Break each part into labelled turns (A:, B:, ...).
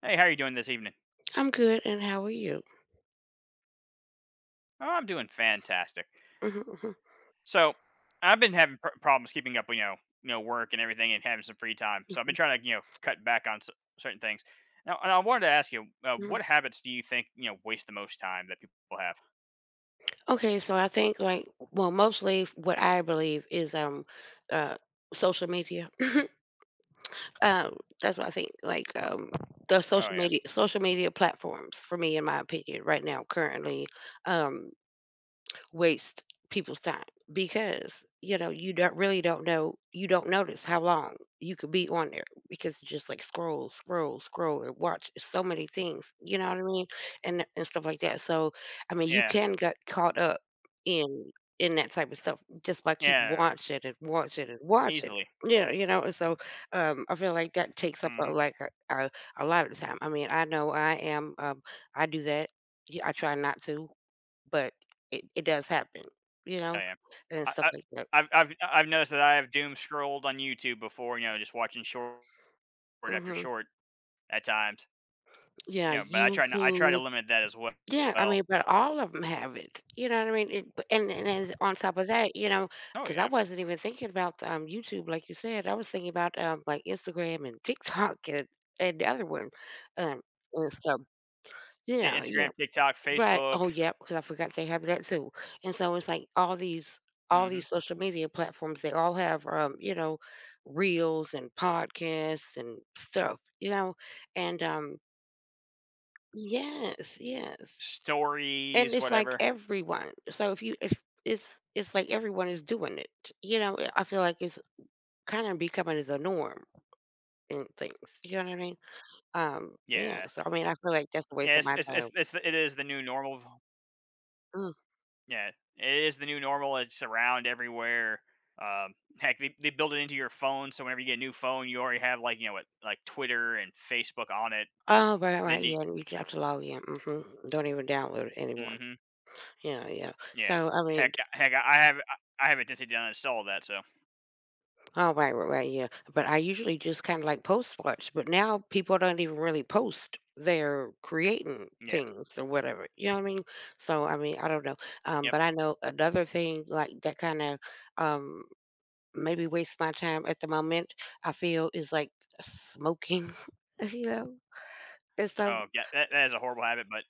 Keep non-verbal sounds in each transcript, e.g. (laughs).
A: Hey, how are you doing this evening?
B: I'm good, and how are you?
A: Oh, I'm doing fantastic.
B: Mhm, mhm,
A: So, I've been having problems keeping up with, work and everything and having some free time. So, I've been trying to, cut back on certain things. Now, and I wanted to ask you,
B: mhm.
A: what habits do you think, waste the most time that people have?
B: Okay, so I think like well, mostly what I believe is uh social media. (clears throat) um that's what I think like the
A: Oh, yeah.
B: social media platforms for me, in my opinion, right now currently, um waste people's time, because you know, you don't really don't know you don't notice how long you could be on there because you just like scroll scroll scroll and watch so many things, you know what I mean, and stuff like that. So I mean, you
A: Yeah.
B: can get caught up in in that type of stuff just by keep
A: Yeah.
B: watching and watching and watching.
A: Easily.
B: Yeah, you know. And so, I feel like that takes up a,
A: Mm-hmm.
B: like a, a, a lot of the time. I mean, I know I am, I do that. Yeah, I try not to, but it does happen, you
A: Oh,
B: know,
A: yeah.
B: and
A: I,
B: stuff
A: I,
B: like that.
A: I've noticed that I have doom scrolled on YouTube before, you know, just watching short after
B: Mhm.
A: short at times,
B: Yeah,
A: you know, but I try, I try to
B: YouTube.
A: limit that as
B: Yeah, I
A: well.
B: mean, but all of them have it, you know what I mean? It b And on top of that, you know,
A: Oh,
B: because I
A: yeah.
B: wasn't even thinking about, YouTube like you said. I was thinking about, like, Instagram and TikTok and the other one, um, and stuff.
A: I
B: Yeah, yeah.
A: Instagram, TikTok,
B: Right.
A: Facebook,
B: Oh, yep. Because I forgot they have that too. And so it's like all these
A: mhm,
B: social media platforms, they all have, reels and podcasts and stuff, you know? And, yes, yes. And
A: stories,
B: it's like
A: whatever.
B: everyone. So if it's like everyone is doing it, you know? I feel like it's kind of becoming the norm in things, you know what I mean? Yeah,
A: Yeah.
B: so I mean, I feel like that's a waste
A: Yeah,
B: of
A: it's
B: my
A: it's
B: time.
A: it's it's the it is the new normal. Yeah, it is the new normal, it's around everywhere. Um, Heck, they build it into your phone, so whenever you get a new phone, you already have, like, you know, what, like, Twitter and Facebook on it.
B: Oh, right,
A: Then
B: right,
A: you
B: yeah, and you have to log in, mhm, don't even download it anymore.
A: mhm,
B: Yeah, yeah,
A: yeah.
B: so, I
A: Heck,
B: mean,
A: heck, I have I have not just to uninstall that, so
B: oh, right, right, right, yeah, but I usually just kinda, like, post watch, but now people don't even really post, they're creating
A: yeah,
B: things or whatever, you know what I mean? So, I mean, I don't know,
A: yep.
B: but I know another thing, like, that kinda, um, maybe wastes my time at the moment, I feel, is, like, smoking, (laughs) you know? And so
A: Oh, yeah, that that is a horrible habit,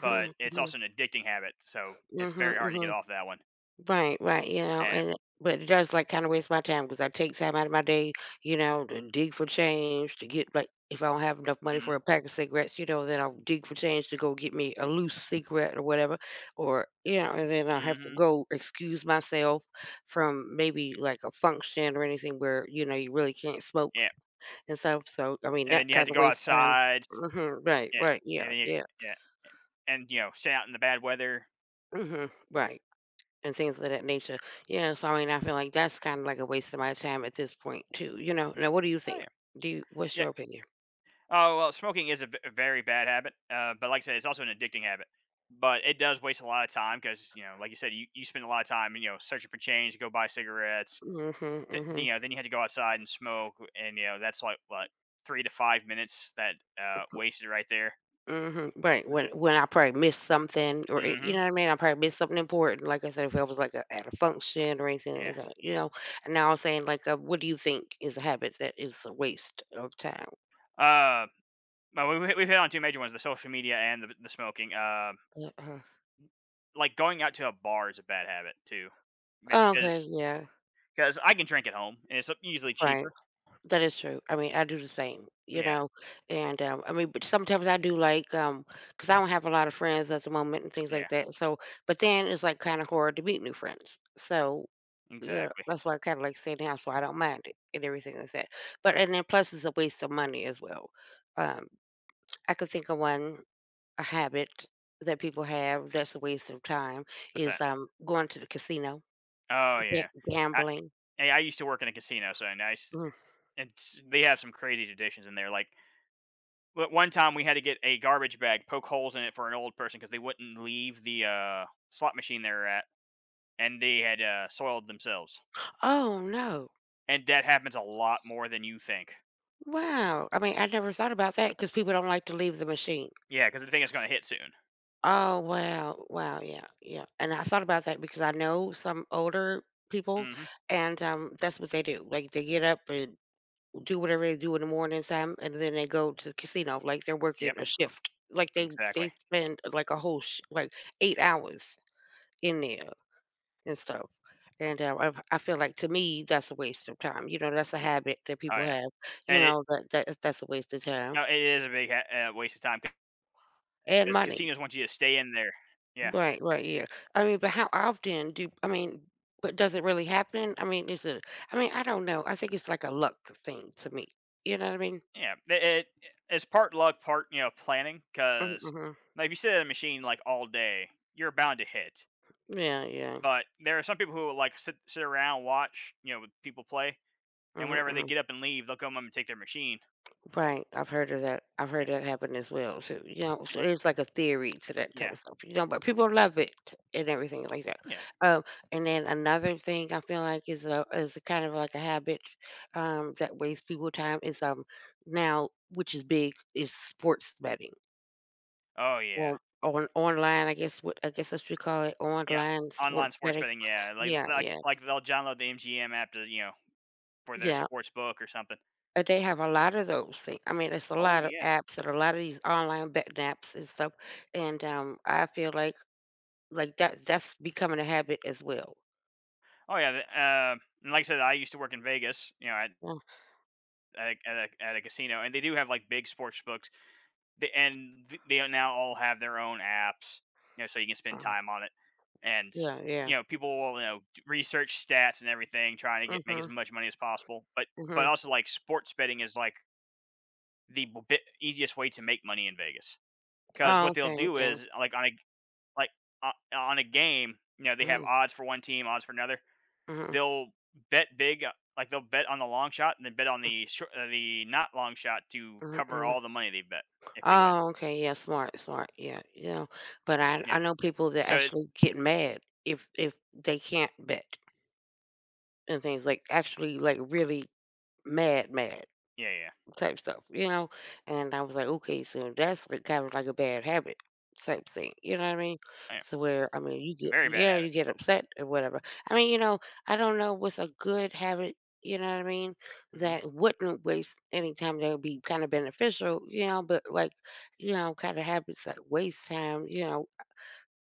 A: but it's
B: mhm,
A: also an addicting habit, so it's
B: mhm,
A: very hard to get
B: mhm.
A: off that one,
B: Right, right, you know,
A: and
B: and but it does like kind of waste my time because I take time out of my day, you know, to dig for change to get, like, if I don't have enough money for a
A: mhm.
B: pack of cigarettes, you know, then I'll dig for change to go get me a loose cigarette or whatever, or you know, and then I'll have to
A: Mhm.
B: go excuse myself from maybe like a function or anything where you know you really can't smoke
A: Yeah,
B: and stuff. So I mean
A: and then
B: that
A: you had
B: kind
A: to
B: of
A: go
B: waste time.
A: outside.
B: Hmm, right,
A: Yeah,
B: right, yeah,
A: and then you
B: yeah,
A: yeah, and, you know, stay out in the bad weather.
B: hmm, right. And things of that nature. Yeah, so I mean, I feel like that's kind of like a waste of my time at this point too, you know? Now what do you
A: Oh,
B: think?
A: yeah.
B: Do you What's
A: Yeah.
B: your opinion?
A: Oh, well, smoking is a v a very bad habit, but like I said, it's also an addicting habit, but it does waste a lot of time because you know, like you said, you spend a lot of time, you know, searching for change to go buy cigarettes.
B: Mhm,
A: Th
B: mhm,
A: you know, then you had to go outside and smoke, and, you know, that's like, what, 3 to 5 minutes that, wasted right there.
B: mhm. Right, when I probably missed something, or you
A: Mhm.
B: know what I mean? I probably missed something important. Like I said, if it was like at a function or anything
A: Yeah.
B: like that, you know? And now I'm saying like, what do you think is a habit that is a waste of time?
A: Uh, well, we've hit on two major ones, the social media and the smoking,
B: Uh-huh.
A: like, going out to a bar is a bad habit too,
B: Okay,
A: because
B: yeah,
A: I can drink at home, and it's, usually
B: right.
A: cheaper.
B: That is true. I mean, I do the same, you
A: Yeah,
B: know, and, I mean, but sometimes I do like, because I don't have a lot of friends at the moment and things like
A: yeah,
B: that, so but then it's, like, kinda hard to meet new friends, so, yeah,
A: exactly.
B: that's why I kinda like staying house, so I don't mind it and everything like that, but and then plus it's a waste of money as well. Um, I could think of one, a habit that people have that's a waste of time
A: What's
B: is,
A: that?
B: going to the casino,
A: Oh,
B: ga
A: yeah. I
B: gambling.
A: hey, I used to work in a casino, so and
B: Mm.
A: it's they have some crazy traditions in there, like, one time we had to get a garbage bag, poke holes in it for an old person because they wouldn't leave the, slot machine they were at, and they had, soiled themselves,
B: Oh, no.
A: and that happens a lot more than you think.
B: Wow. I mean, I never thought about that because people don't like to leave the machine.
A: Yeah, because the thing is gonna hit soon.
B: Oh, wow. Wow. Yeah. Yeah. And I thought about that because I know some older people,
A: Mhm.
B: and that's what they do. Like they get up and do whatever they do in the morning time, and then they go to the casino. Like they're working
A: Yep,
B: a shift. Like they
A: exactly.
B: they spend like like 8 hours in there and stuff. And I feel like to me that's a waste of time. You know, that's a habit that
A: Oh,
B: people
A: yeah,
B: have. You
A: and it
B: know, that's a waste of time
A: no, it is a big ha waste of time because
B: and money.
A: casinos want you to stay in there. Yeah,
B: Right, right, yeah. I mean, but how often do I mean, but does it really happen? I mean, I don't know. I think it's like a luck thing to me. You know what I mean?
A: yeah. It it's part luck, part, you know, planning.
B: Hmm,
A: Because
B: hmm.
A: like, if you sit at a machine, like, all day, you're bound to hit,
B: Yeah, yeah.
A: but there are some people who, like, sit around, watch, you know, with people play, and
B: Hmm,
A: whenever they
B: hmm.
A: get up and leave, they'll come up and take their machine.
B: Right. I've heard of that. I've heard
A: Yeah,
B: that happen as well. So, you know,
A: eh,
B: so there's like a theory to that type
A: yeah,
B: of stuff, you know, but people love it and everything like that.
A: yeah.
B: Um, and then another thing I feel like is a kind of like a habit, that wastes people time is, now, which is big, is sports betting.
A: Oh, yeah.
B: Or on online, I guess, what I guess that's what you call it,
A: Yeah,
B: online sports
A: online sports
B: betting.
A: betting, yeah,
B: Yeah, yeah,
A: like, they'll download the MGM app to, you know, for their
B: yeah.
A: sports book or something.
B: They have a lot of those things. I mean, it's a
A: Oh,
B: lot of
A: yeah.
B: apps and a lot of these online betting apps and stuff. And I feel like that's becoming a habit as well.
A: Oh yeah, the, and like I said, I used to work in Vegas, you know,
B: Mm.
A: at a casino, and they do have like big sports books, they, and they now all have their own apps, you know, so you can
B: uh,
A: spend time on it, and
B: Yeah, yeah.
A: you know, people will you know research stats and everything, trying to get make as
B: Mm-hmm.
A: much money as possible, but
B: Mm-hmm.
A: also like sports betting is like the b- bit easiest way to make money in Vegas because
B: Oh,
A: what they'll
B: okay,
A: do
B: okay.
A: is like on a game, you know, they have
B: Mm-hmm.
A: odds for one team, odds for another
B: Mm-hmm.
A: they'll bet big, like they'll bet on the long shot and then bet on the short, the not long shot to cover
B: Hmm.
A: all the money they bet if they win.
B: Oh, okay. Yeah, smart, smart. Yeah, yeah. But I
A: Yeah.
B: know people that
A: So it's
B: actually get mad if they can't bet. And things like actually like really mad mad
A: yeah, yeah,
B: type stuff, you know. And I was like, okay, so that's like kind of like a bad habit type thing, you know what I mean?
A: yeah.
B: So where, I mean, you
A: Yeah,
B: get
A: very bad
B: yeah, you
A: habit.
B: get upset or whatever. I mean, you know, I don't know what's a good habit, you know what I mean,
A: Hmm.
B: that wouldn't waste any time, that would be kind of beneficial, you know, but like, you know, kind of habits that waste time, you know,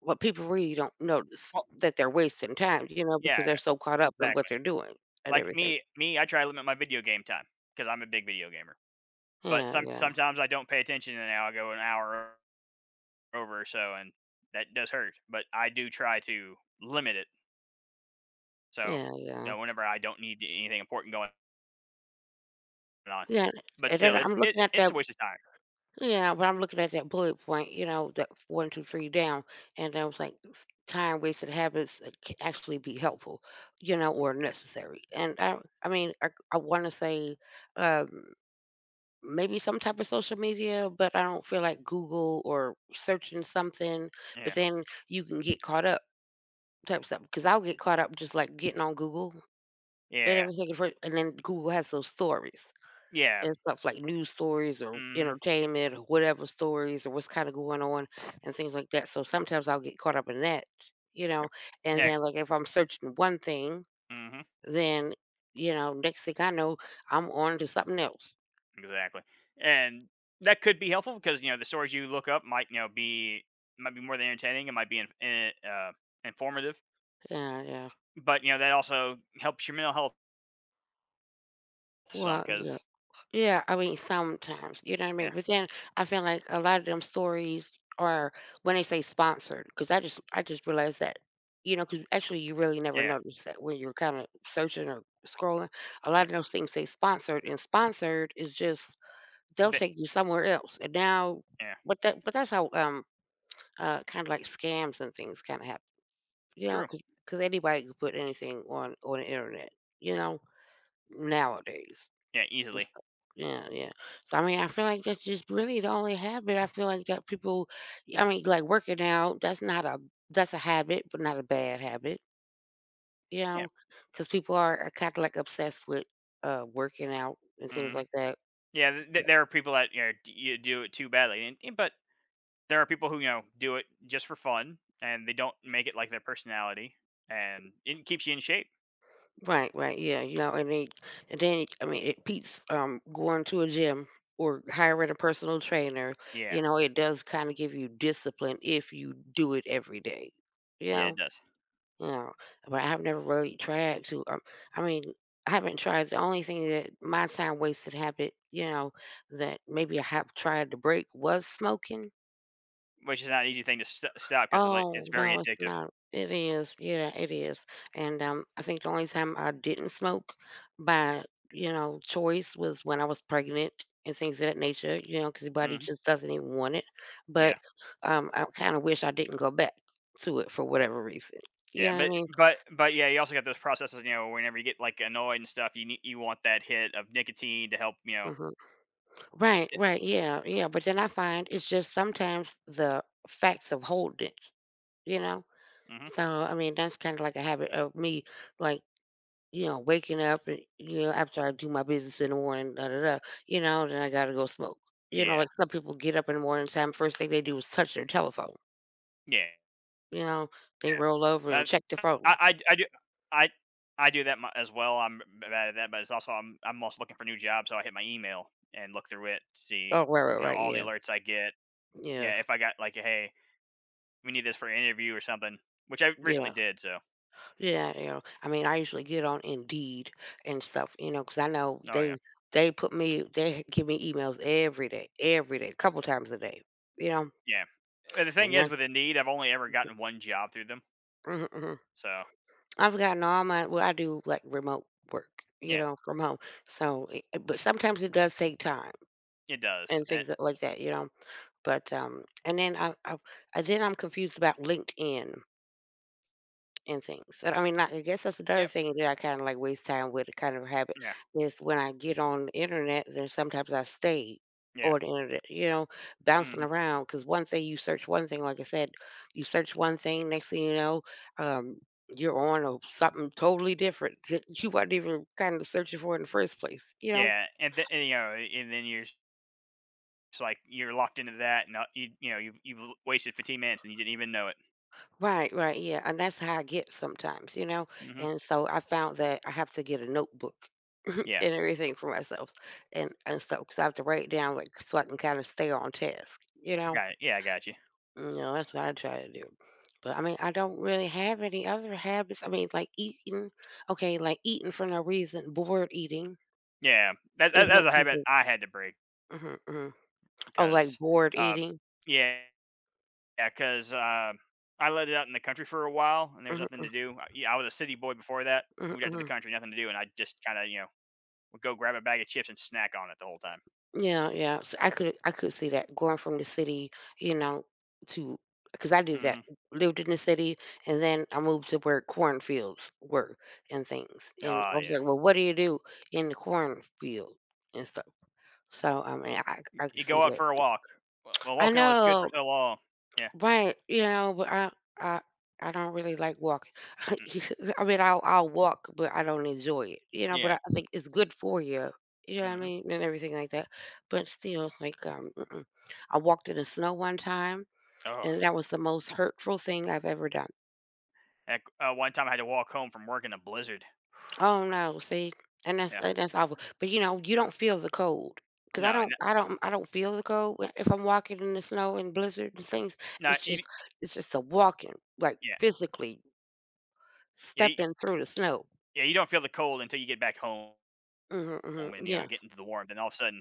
B: what people really don't notice,
A: Well,
B: that they're wasting time, you know,
A: yeah,
B: because they're so caught up in what
A: exactly.
B: they're doing and
A: Like
B: everything.
A: me, I try to limit my video game time because I'm a big video gamer. But
B: Yeah, yeah,
A: sometimes I don't pay attention and now I go an hour over or so, and that does hurt. But I do try to limit it. So
B: yeah,
A: you
B: yeah.
A: know, whenever I don't need anything important going on,
B: Yeah,
A: but
B: and then
A: still,
B: I'm looking at that
A: it's a waste of time.
B: yeah, but I'm looking at that bullet point, you know, that one, 2, 3 down, and I was like, time wasted habits that can actually be helpful, you know, or necessary. And I mean, I want to say, um, maybe some type of social media, but I don't feel like Google or searching something, but
A: Yeah.
B: then you can get caught up type stuff because I'll get caught up just like getting on Google and
A: Yeah.
B: everything, at first, and then Google has those stories.
A: Yeah.
B: And stuff like news stories or
A: Mhm.
B: entertainment or whatever stories or what's kind of going on and things like that. So sometimes I'll get caught up in that, you know.
A: Yep.
B: And
A: Yeah.
B: then, like, if I'm searching one thing,
A: Mhm.
B: then, you know, next thing I know, I'm on to something else.
A: Exactly. And that could be helpful because, you know, the stories you look up might, you know, be might be more than entertaining. It might be informative,
B: Yeah, yeah.
A: but you know that also helps your mental health some
B: Well, yeah.
A: because
B: Yeah, I mean, sometimes, you know what I
A: yeah,
B: mean? But then I feel like a lot of them stories are when they say sponsored, because I just realized that, you know, because actually you really never
A: yeah,
B: notice that when you're kind of searching or scrolling. A lot
A: yeah,
B: of those things say sponsored, and sponsored is just, they'll
A: Th-
B: take you somewhere else. And now,
A: yeah,
B: but that's how kind of like scams and things kind of happen, you know,
A: true,
B: because anybody can put anything on the internet, you know, nowadays.
A: yeah,
B: Just
A: easily,
B: like Yeah, yeah. So, I mean, I feel like that's just really the only habit I feel like that people, I mean, like, working out, that's not a that's a habit, but not a bad habit, you
A: yeah,
B: know, because people are kinda, like, obsessed with, working out and things
A: hmm
B: like that.
A: yeah. There are people that you know you do it too badly, and- but there are people who you know do it just for fun and they don't make it like their personality, and it keeps you in shape.
B: Right, right, yeah, you know, and then it I mean, it beats, going to a gym or hiring a personal trainer,
A: Yeah.
B: you know, it does kinda give you discipline if you do it every day, you
A: Yeah, it
B: know?
A: does,
B: You know, but I've never really tried to, I mean, I haven't tried the only thing that my time wasted habit, you know, that maybe I have tried to break was smoking.
A: which is not an easy thing to st stop because it's, like,
B: Oh,
A: it's very
B: no, it's
A: addictive.
B: not. It is. Yeah, it is. And I think the only time I didn't smoke by, you know, choice was when I was pregnant and things of that nature, you know, because your body
A: Mhm.
B: just doesn't even want it.
A: Yeah.
B: But I kind of wish I didn't go back to it for whatever reason. You
A: Yeah,
B: know what I mean?
A: but, yeah, you also got those processes, you know, whenever you get, like, annoyed and stuff, you nee you want that hit of nicotine to help, you know.
B: Hmm. Right,
A: Yeah.
B: right, yeah, yeah. But then I find it's just sometimes the facts of holding it, you know?
A: Mhm.
B: So, I mean, that's kind of like a habit of me, like, you know, waking up and, you know, after I do my business in the morning, da da da, you know, then I got to go smoke. You know,
A: Yeah.
B: like some people get up in the morning time, first thing they do is touch their telephone.
A: Yeah.
B: You know, they
A: Yeah.
B: roll over
A: Uh,
B: and check the phone.
A: I d I I do that my as well, I'm bad at that, but it's also I'm also looking for new jobs, so I hit my email and look through it see,
B: Oh, right, right,
A: you know,
B: right,
A: all the
B: yeah,
A: alerts I get.
B: yeah,
A: Yeah, if I got, like, "Hey, we need this for an interview," or something, which I recently
B: yeah.
A: did, so
B: Yeah, you know, I mean, I usually get on Indeed and stuff, you know, because I know
A: oh, yeah.
B: they put me they give me emails every day, a couple times a day, you know.
A: Yeah. And the thing
B: And then
A: is with Indeed, I've only ever gotten one job through them.
B: mhm, mhm.
A: So,
B: I've gotten all my Well, I do like remote work, you
A: yeah,
B: know, from home. So, but sometimes it does take time
A: it does.
B: and
A: Eh,
B: like that, you know. But and then I then I'm confused about LinkedIn and things. And I mean, I guess that's another
A: yep.
B: thing that I kind of like waste time with, kind of habit,
A: Yeah.
B: is when I get on the internet, then sometimes I stay
A: Yeah.
B: on the internet, you know, bouncing
A: Mhm.
B: around. Because one thing you search one thing, like I said, you search one thing, next thing you know, um, you're something totally different (laughs) that you weren't even kind of searching for in the first place, you know?
A: Yeah, and, you know, and then you're just like, you're locked into that and, you know, you've l wasted 15 minutes and you didn't even know it.
B: Right, right, yeah. And that's how I get sometimes, you know?
A: Mhm.
B: And so I found that I have to get a notebook
A: Yeah.
B: and everything for myself and stuff because I have to write down, like, so I can kind of stay on task, you know.
A: Got it. Yeah, I got you.
B: You know, that's what I try to do. But I mean, I don't really have any other habits. I mean, like eating, okay, like eating for no reason, bored eating
A: Yeah.
B: is no.
A: That a habit I had to break
B: Mm-hmm. Hmm. Oh, like
A: because,
B: bored
A: uh
B: eating.
A: yeah, because I lived out in the country for a while and there was nothing
B: Mm-hmm,
A: to do. I yeah, I was a city boy before that,
B: mm-hmm,
A: moved out to the
B: mm-hmm.
A: country, nothing to do, and I just kinda, you know would go grab a bag of chips and snack on it the whole time.
B: Yeah, yeah. S I could see that, going from the city, you know, to, cause I did that,
A: Hmm.
B: lived in the city, and then I moved to where cornfields were and things, and I
A: Oh
B: was
A: yeah.
B: like, "Well, what do you do in the cornfield and stuff?" So, I mean, I could
A: You
B: see
A: go out
B: that.
A: for a walk. Well,
B: I
A: walking only is good for
B: know.
A: so long. Yeah.
B: Right, you know, but I I I don't really like walking. (laughs)
A: Mm,
B: You- I mean, I'll walk, but I don't enjoy it. You know, but
A: yeah.
B: I think it's good for you. You know what I
A: Hmm.
B: mean, and everything like that. But still, it's like mm-mm. I walked in the snow one time,
A: Oh,
B: and that was the most hurtful thing I've ever done.
A: heck, one time I had to walk home from work in a blizzard. (sighs)
B: Oh no, see, and that's
A: yeah.
B: and that's awful. But you know, you don't feel the cold. Cause I
A: No,
B: don't, I don't, I don't feel the cold when- if I'm walking in the snow and blizzard and things.
A: no
B: It's
A: you,
B: just, it's just the walking, like,
A: yeah,
B: physically
A: yeah, you,
B: stepping through the snow.
A: yeah. You don't feel the cold until you get back home
B: Mhm, mhm,
A: and you know
B: yeah.
A: get into the warmth, and all of a sudden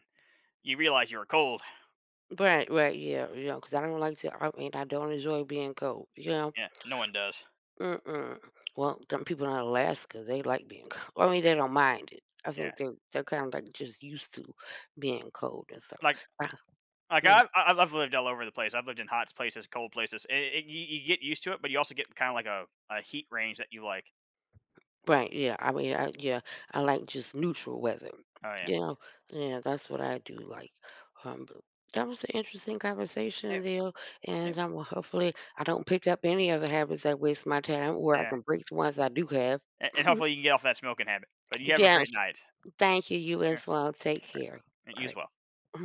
A: you realize you were cold.
B: Right, right, yeah, yeah. Because I don't like to I mean, I don't enjoy being cold, you know?
A: Yeah. No one does.
B: Mm-mm. Well, some people in Alaska, they like being (laughs) cold. I mean, they don't mind it. I think
A: Yeah.
B: they're kinda, like, just used to being cold and so,
A: Like.
B: uh.
A: Like I've lived all over the place. I've lived in hot places, cold places. You get used to it, but you also get kind of like a heat range that you like.
B: Right, yeah, I mean, I yeah, I like just neutral weather.
A: Oh yeah.
B: You know? Yeah, that's what I do like. But that was an interesting conversation
A: It
B: there, and
A: it
B: I'm hopefully I don't pick up any other habits that waste my time, or I
A: yeah,
B: can break the ones I do have.
A: a
B: (laughs)
A: and hopefully you can get off that smoking habit, but you have a
B: Yes,
A: great night.
B: thank you. You
A: Yeah,
B: as well. Take care.
A: and you
B: All
A: as
B: right.
A: well.
B: (clears throat)